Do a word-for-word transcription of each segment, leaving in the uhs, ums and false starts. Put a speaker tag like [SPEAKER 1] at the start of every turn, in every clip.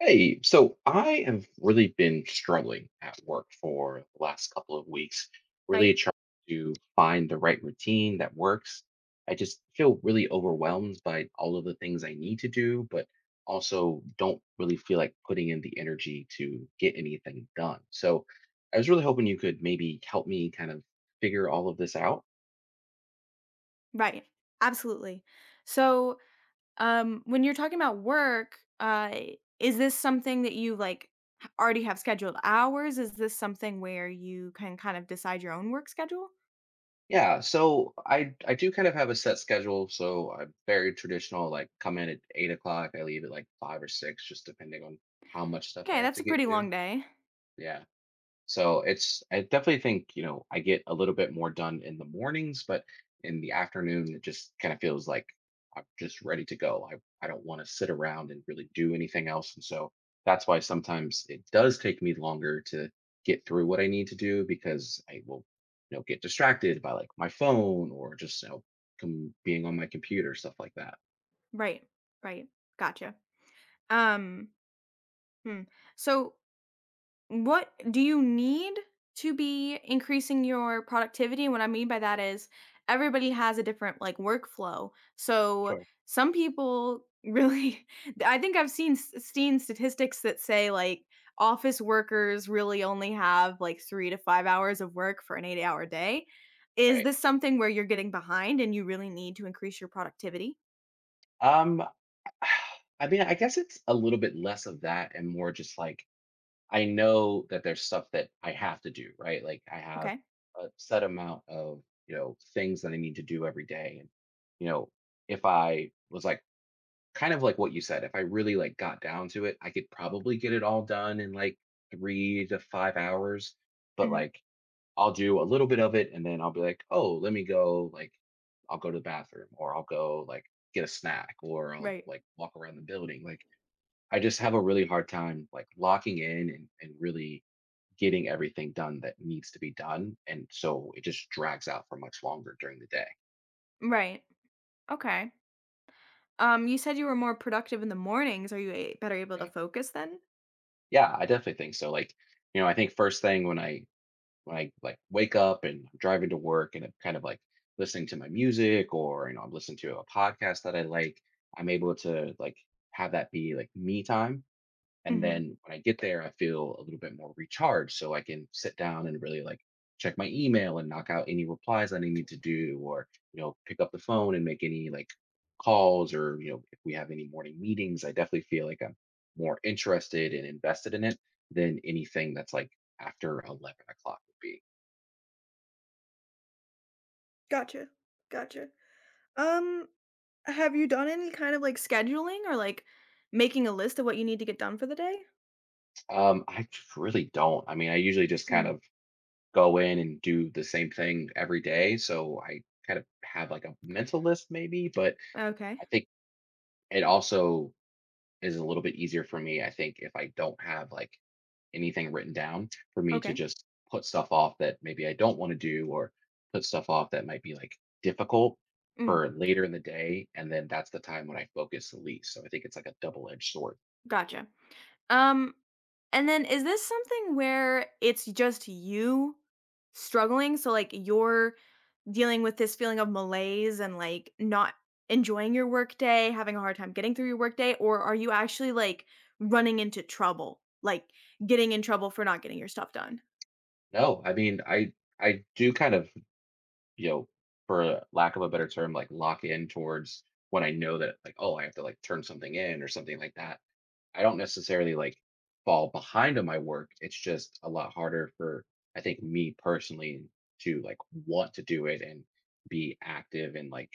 [SPEAKER 1] Hey, so I have really been struggling at work for the last couple of weeks, really
[SPEAKER 2] Right.
[SPEAKER 1] trying to find the right routine that works. I just feel really overwhelmed by all of the things I need to do, but also don't really feel like putting in the energy to get anything done. So I was really hoping you could maybe help me kind of figure all of this out.
[SPEAKER 2] Right. Absolutely. So, um, when you're talking about work, uh, is this something that you like h- already have scheduled hours? Is this something where you can kind of decide your own work schedule?
[SPEAKER 1] Yeah, so I I do kind of have a set schedule, so I'm very traditional. Like come in at eight o'clock, I leave at like five or six, just depending on how much stuff I
[SPEAKER 2] Okay,
[SPEAKER 1] have
[SPEAKER 2] that's
[SPEAKER 1] to
[SPEAKER 2] a
[SPEAKER 1] get
[SPEAKER 2] pretty
[SPEAKER 1] to.
[SPEAKER 2] long day.
[SPEAKER 1] Yeah, so it's, I definitely think, you know, I get a little bit more done in the mornings, but in the afternoon, it just kind of feels like I'm just ready to go. I, I don't want to sit around and really do anything else. And so that's why sometimes it does take me longer to get through what I need to do because I will, you know, get distracted by like my phone or just, you know, com- being on my computer, stuff like that.
[SPEAKER 2] Right. Right. Gotcha. Um, hmm. So, what do you need to be increasing your productivity? What I mean by that is everybody has a different like workflow. So
[SPEAKER 1] Sure.
[SPEAKER 2] some people really I think I've seen s- seen statistics that say like office workers really only have like three to five hours of work for an eight-hour day. Is
[SPEAKER 1] Right.
[SPEAKER 2] this something where you're getting behind and you really need to increase your productivity?
[SPEAKER 1] Um, I mean, I guess it's a little bit less of that and more just like, I know that there's stuff that I have to do, right? Like I have
[SPEAKER 2] Okay.
[SPEAKER 1] a set amount of, you know, things that I need to do every day. And, you know, if I was like kind of like what you said, if I really like got down to it, I could probably get it all done in like three to five hours. But
[SPEAKER 2] Mhm.
[SPEAKER 1] like I'll do a little bit of it and then I'll be like, oh, let me go like I'll go to the bathroom or I'll go like get a snack or I'll
[SPEAKER 2] Right.
[SPEAKER 1] like walk around the building. Like I just have a really hard time like locking in and, and really getting everything done that needs to be done. And so it just drags out for much longer during the day.
[SPEAKER 2] Right. Okay. Um, you said you were more productive in the mornings. Are you a- better able to
[SPEAKER 1] Yeah.
[SPEAKER 2] focus then?
[SPEAKER 1] Yeah, I definitely think so. Like, you know, I think first thing when I when I like wake up and I'm driving to work and I'm kind of like listening to my music or you know, I'm listening to a podcast that I like, I'm able to like have that be like me time. And
[SPEAKER 2] Hmm.
[SPEAKER 1] then when I get there, I feel a little bit more recharged. So I can sit down and really like check my email and knock out any replies that I need to do, or, you know, pick up the phone and make any like calls or, you know, if we have any morning meetings, I definitely feel like I'm more interested and invested in it than anything that's like after eleven o'clock would be.
[SPEAKER 2] Gotcha. Gotcha. Um, have you done any kind of like scheduling or like making a list of what you need to get done for the day?
[SPEAKER 1] Um, I just really don't. I mean, I usually just kind
[SPEAKER 2] Mm.
[SPEAKER 1] of go in and do the same thing every day. So I kind of have like a mental list maybe, but
[SPEAKER 2] Okay.
[SPEAKER 1] I think it also is a little bit easier for me, I think, if I don't have like anything written down for me to
[SPEAKER 2] Okay.
[SPEAKER 1] just put stuff off that maybe I don't want to do or put stuff off that might be like difficult
[SPEAKER 2] Mm.
[SPEAKER 1] for later in the day. And then that's the time when I focus the least. So I think it's like a double edged sword.
[SPEAKER 2] Gotcha. Um, and then is this something where it's just you struggling? So like you're dealing with this feeling of malaise and like not enjoying your workday, having a hard time getting through your workday, or are you actually like running into trouble, like getting in trouble for not getting your stuff done?
[SPEAKER 1] No, I mean, I, I do kind of, you know, for lack of a better term, like lock in towards when I know that like, oh, I have to like turn something in or something like that. I don't necessarily like fall behind on my work. It's just a lot harder for I think me personally to like want to do it and be active and like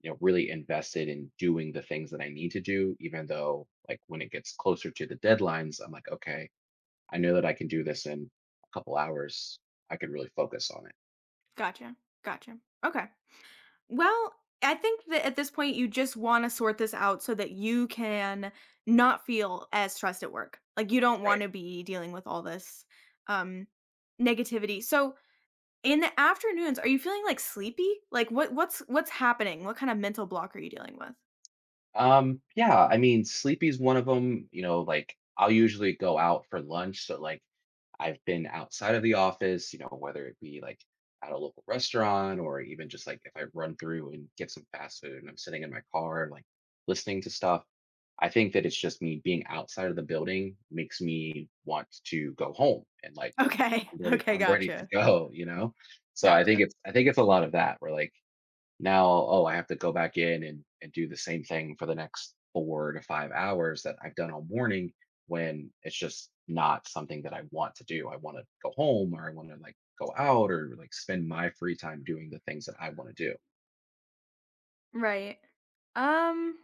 [SPEAKER 1] you know really invested in doing the things that I need to do, even though like when it gets closer to the deadlines I'm like, okay, I know that I can do this in a couple hours, I could really focus on it.
[SPEAKER 2] Gotcha. Gotcha. Okay. Well, I think that at this point, you just wanna sort this out so that you can not feel as stressed at work. Like, you don't
[SPEAKER 1] Right.
[SPEAKER 2] wanna be dealing with all this, um, negativity. So, in the afternoons, are you feeling, like, sleepy? Like, what what's what's happening? What kind of mental block are you dealing with?
[SPEAKER 1] Um, yeah, I mean, sleepy's one of them. You know, like I'll usually go out for lunch. So like I've been outside of the office, you know, whether it be like at a local restaurant or even just like if I run through and get some fast food and I'm sitting in my car and like listening to stuff. I think that it's just me being outside of the building makes me want to go home and like
[SPEAKER 2] Okay.
[SPEAKER 1] I'm ready,
[SPEAKER 2] Okay,
[SPEAKER 1] I'm ready to
[SPEAKER 2] gotcha.
[SPEAKER 1] go, you know? So I think
[SPEAKER 2] Gotcha.
[SPEAKER 1] it's I think it's a lot of that. Where like now, oh, I have to go back in and, and do the same thing for the next four to five hours that I've done all morning when it's just not something that I want to do. I want to go home or I want to like go out or like spend my free time doing the things that I want to do.
[SPEAKER 2] Right. Um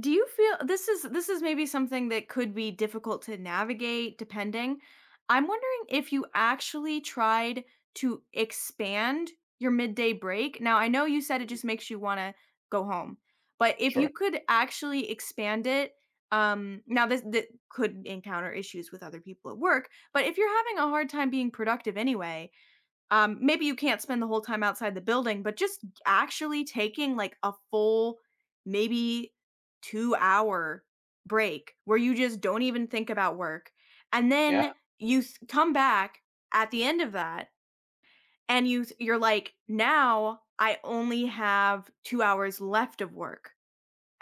[SPEAKER 2] do you feel this is this is maybe something that could be difficult to navigate depending. I'm wondering if you actually tried to expand your midday break. Now I know you said it
[SPEAKER 1] Mm,
[SPEAKER 2] just makes you want to go home, but if you
[SPEAKER 1] sure.
[SPEAKER 2] could actually expand it, um now this, this could encounter issues with other people at work, but if you're having a hard time being productive anyway, um, maybe you can't spend the whole time outside the building, but just actually taking like a full, maybe two hour break where you just don't even think about work. And
[SPEAKER 1] Yeah.
[SPEAKER 2] then you s- come back at the end of that and you th- you're like, now I only have two hours left of work,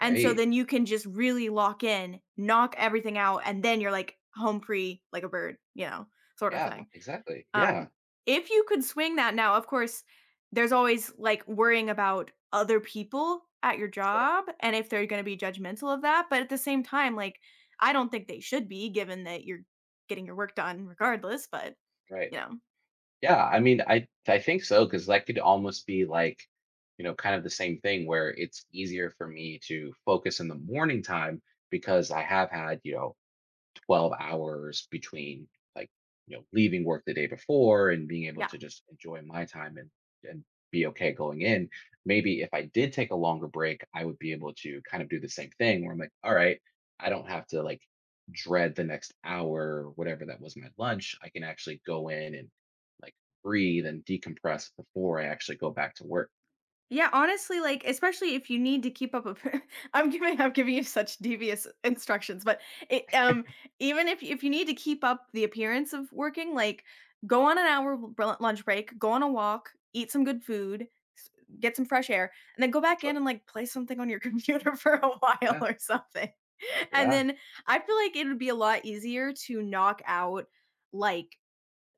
[SPEAKER 2] and so then you can just really lock in, knock everything out, and then you're like home free like a bird, you know, sort of
[SPEAKER 1] Yeah.
[SPEAKER 2] thing.
[SPEAKER 1] Exactly. Yeah.
[SPEAKER 2] um, if you could swing that. Now, of course, there's always, like, worrying about other people at your
[SPEAKER 1] Sure.
[SPEAKER 2] job and if they're gonna be judgmental of that, but at the same time, like, I don't think they should be given that you're getting your work done regardless, but,
[SPEAKER 1] Right.
[SPEAKER 2] you know,
[SPEAKER 1] Yeah. I mean, I I think so because that could almost be like, you know, kind of the same thing where it's easier for me to focus in the morning time because I have had you know twelve hours between like you know leaving work the day before and being able
[SPEAKER 2] yeah.
[SPEAKER 1] to just enjoy my time and and be okay going in. Maybe if I did take a longer break I would be able to kind of do the same thing where I'm like, all right, I don't have to like dread the next hour, whatever that was my lunch, I can actually go in and like breathe and decompress before I actually go back to work.
[SPEAKER 2] Yeah, honestly, like, especially if you need to keep up appear I'm giving I'm giving you such devious instructions, but it, um, even if if you need to keep up the appearance of working, like, go on an hour br lunch break, go on a walk, eat some good food, s get some fresh air, and then go back in
[SPEAKER 1] Right.
[SPEAKER 2] and, like, play something on your computer for a while
[SPEAKER 1] Yeah.
[SPEAKER 2] or something. And
[SPEAKER 1] Yeah.
[SPEAKER 2] then I feel like it would be a lot easier to knock out, like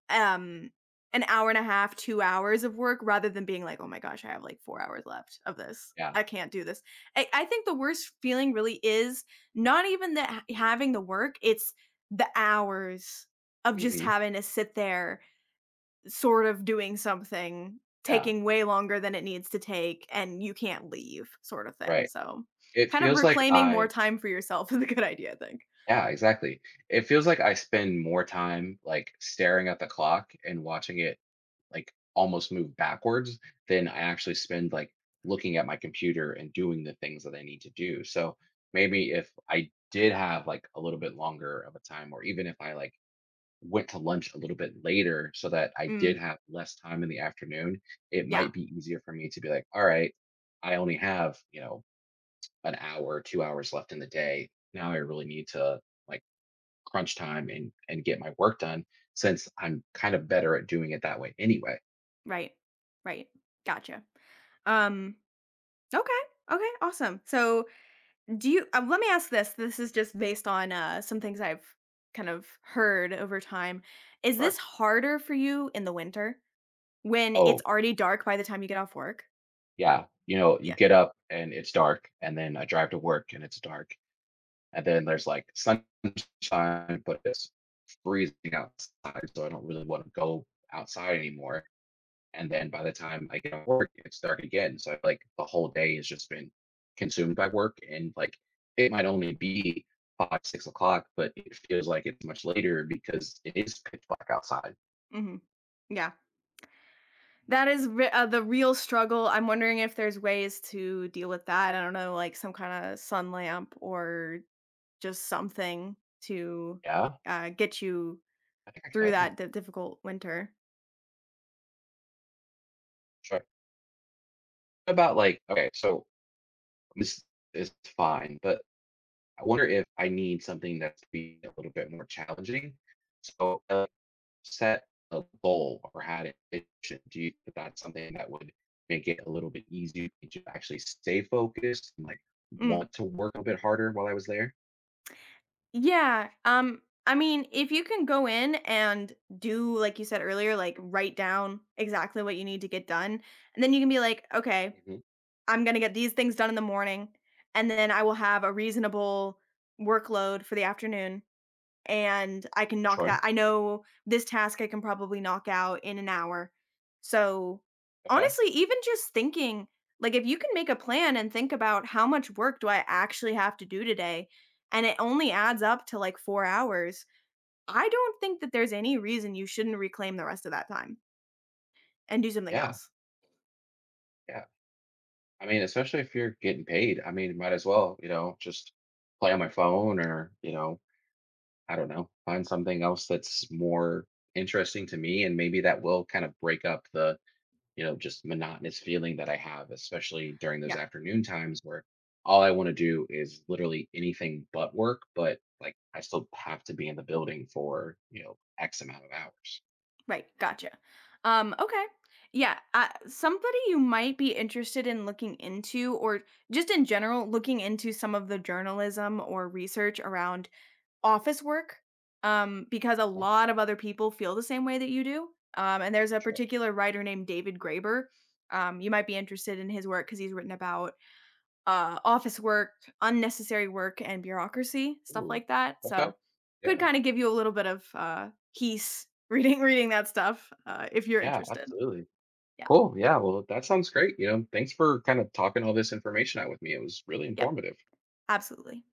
[SPEAKER 2] um an hour and a half, two hours of work rather than being like, "Oh my gosh, I have like four hours left of this.
[SPEAKER 1] Yeah.
[SPEAKER 2] I can't do this." I I think the worst feeling really is not even that having the work, it's the hours of just
[SPEAKER 1] Hmm.
[SPEAKER 2] having to sit there sort of doing something,
[SPEAKER 1] Yeah.
[SPEAKER 2] taking way longer than it needs to take and you can't leave, sort of thing.
[SPEAKER 1] Right.
[SPEAKER 2] So,
[SPEAKER 1] It
[SPEAKER 2] kind of
[SPEAKER 1] feels like
[SPEAKER 2] reclaiming more
[SPEAKER 1] I...
[SPEAKER 2] time for yourself is a good idea, I think.
[SPEAKER 1] yeah, exactly. It feels like I spend more time like staring at the clock and watching it like almost move backwards than I actually spend like looking at my computer and doing the things that I need to do. So maybe if I did have like a little bit longer of a time, or even if I like went to lunch a little bit later so that I did
[SPEAKER 2] Mm,
[SPEAKER 1] have less time in the afternoon, it
[SPEAKER 2] yeah,
[SPEAKER 1] might be easier for me to be like, all right, I only have, you know, an hour, two hours left in the day. Now I really need to like crunch time and and get my work done since I'm kind of better at doing it that way anyway.
[SPEAKER 2] right. Right. Gotcha. Um Okay. Okay. Awesome. So, do you? Um, let me ask this. This is just based on uh, some things I've kind of heard over time. Is
[SPEAKER 1] Sure.
[SPEAKER 2] this harder for you in the winter when
[SPEAKER 1] Oh,
[SPEAKER 2] it's already dark by the time you get off work?
[SPEAKER 1] yeah, you know, you
[SPEAKER 2] Yeah.
[SPEAKER 1] get up and it's dark and then I drive to work and it's dark. And then there's like sunshine, but it's freezing outside, so I don't really want to go outside anymore. And then by the time I get off work, it's dark again. So like the whole day has just been consumed by work. And like it might only be five, six o'clock, but it feels like it's much later because it is pitch black outside.
[SPEAKER 2] Hmm. Yeah. That is re- uh, the real struggle. I'm wondering if there's ways to deal with that. I don't know, like some kind of sun lamp or just something to,
[SPEAKER 1] Yeah.
[SPEAKER 2] uh, get you
[SPEAKER 1] I think I can do
[SPEAKER 2] through
[SPEAKER 1] that. Yeah.
[SPEAKER 2] that di- difficult winter.
[SPEAKER 1] Sure. About like, okay, so this is fine, but I wonder if I need something that's be a little bit more challenging. So uh, set a goal or had a vision? Do you think that's something that would make it a little bit easier to actually stay focused and like
[SPEAKER 2] Mm.
[SPEAKER 1] want to work a bit harder while I was there?
[SPEAKER 2] Yeah. Um I mean, if you can go in and do like you said earlier, like write down exactly what you need to get done, and then you can be like, "Okay,
[SPEAKER 1] Hmm.
[SPEAKER 2] I'm going to get these things done in the morning, and then I will have a reasonable workload for the afternoon," and I can knock
[SPEAKER 1] Sure.
[SPEAKER 2] that. I know this task I can probably knock out in an hour. So,
[SPEAKER 1] Okay.
[SPEAKER 2] honestly, even just thinking, like, if you can make a plan and think about how much work do I actually have to do today and it only adds up to like four hours, I don't think that there's any reason you shouldn't reclaim the rest of that time and do something
[SPEAKER 1] Yeah.
[SPEAKER 2] else.
[SPEAKER 1] Yeah. I mean, especially if you're getting paid, I mean, might as well, you know, just play on my phone or, you know, I don't know, find something else that's more interesting to me. And maybe that will kind of break up the you know, just monotonous feeling that I have, especially during those
[SPEAKER 2] Yeah,
[SPEAKER 1] afternoon times where all I want to do is literally anything but work, but like I still have to be in the building for, you know, X amount of hours.
[SPEAKER 2] right, gotcha. Um, okay. Yeah, uh, somebody you might be interested in looking into, or just in general looking into some of the journalism or research around office work, um, because a
[SPEAKER 1] Yeah,
[SPEAKER 2] lot of other people feel the same way that you do. Um, and there's a
[SPEAKER 1] sure.
[SPEAKER 2] particular writer named David Graeber. Um, you might be interested in his work because he's written about, uh, office work, unnecessary work, and bureaucracy, stuff
[SPEAKER 1] Ooh.
[SPEAKER 2] like that.
[SPEAKER 1] Okay.
[SPEAKER 2] So could
[SPEAKER 1] Yeah.
[SPEAKER 2] kind of give you a little bit of, uh, he's reading reading that stuff, uh, if you're
[SPEAKER 1] Yeah,
[SPEAKER 2] interested.
[SPEAKER 1] absolutely.
[SPEAKER 2] Yeah.
[SPEAKER 1] Cool. Yeah. Well, that sounds great. You know, thanks for kind of talking all this information out with me. It was really
[SPEAKER 2] Yep.
[SPEAKER 1] informative.
[SPEAKER 2] Absolutely.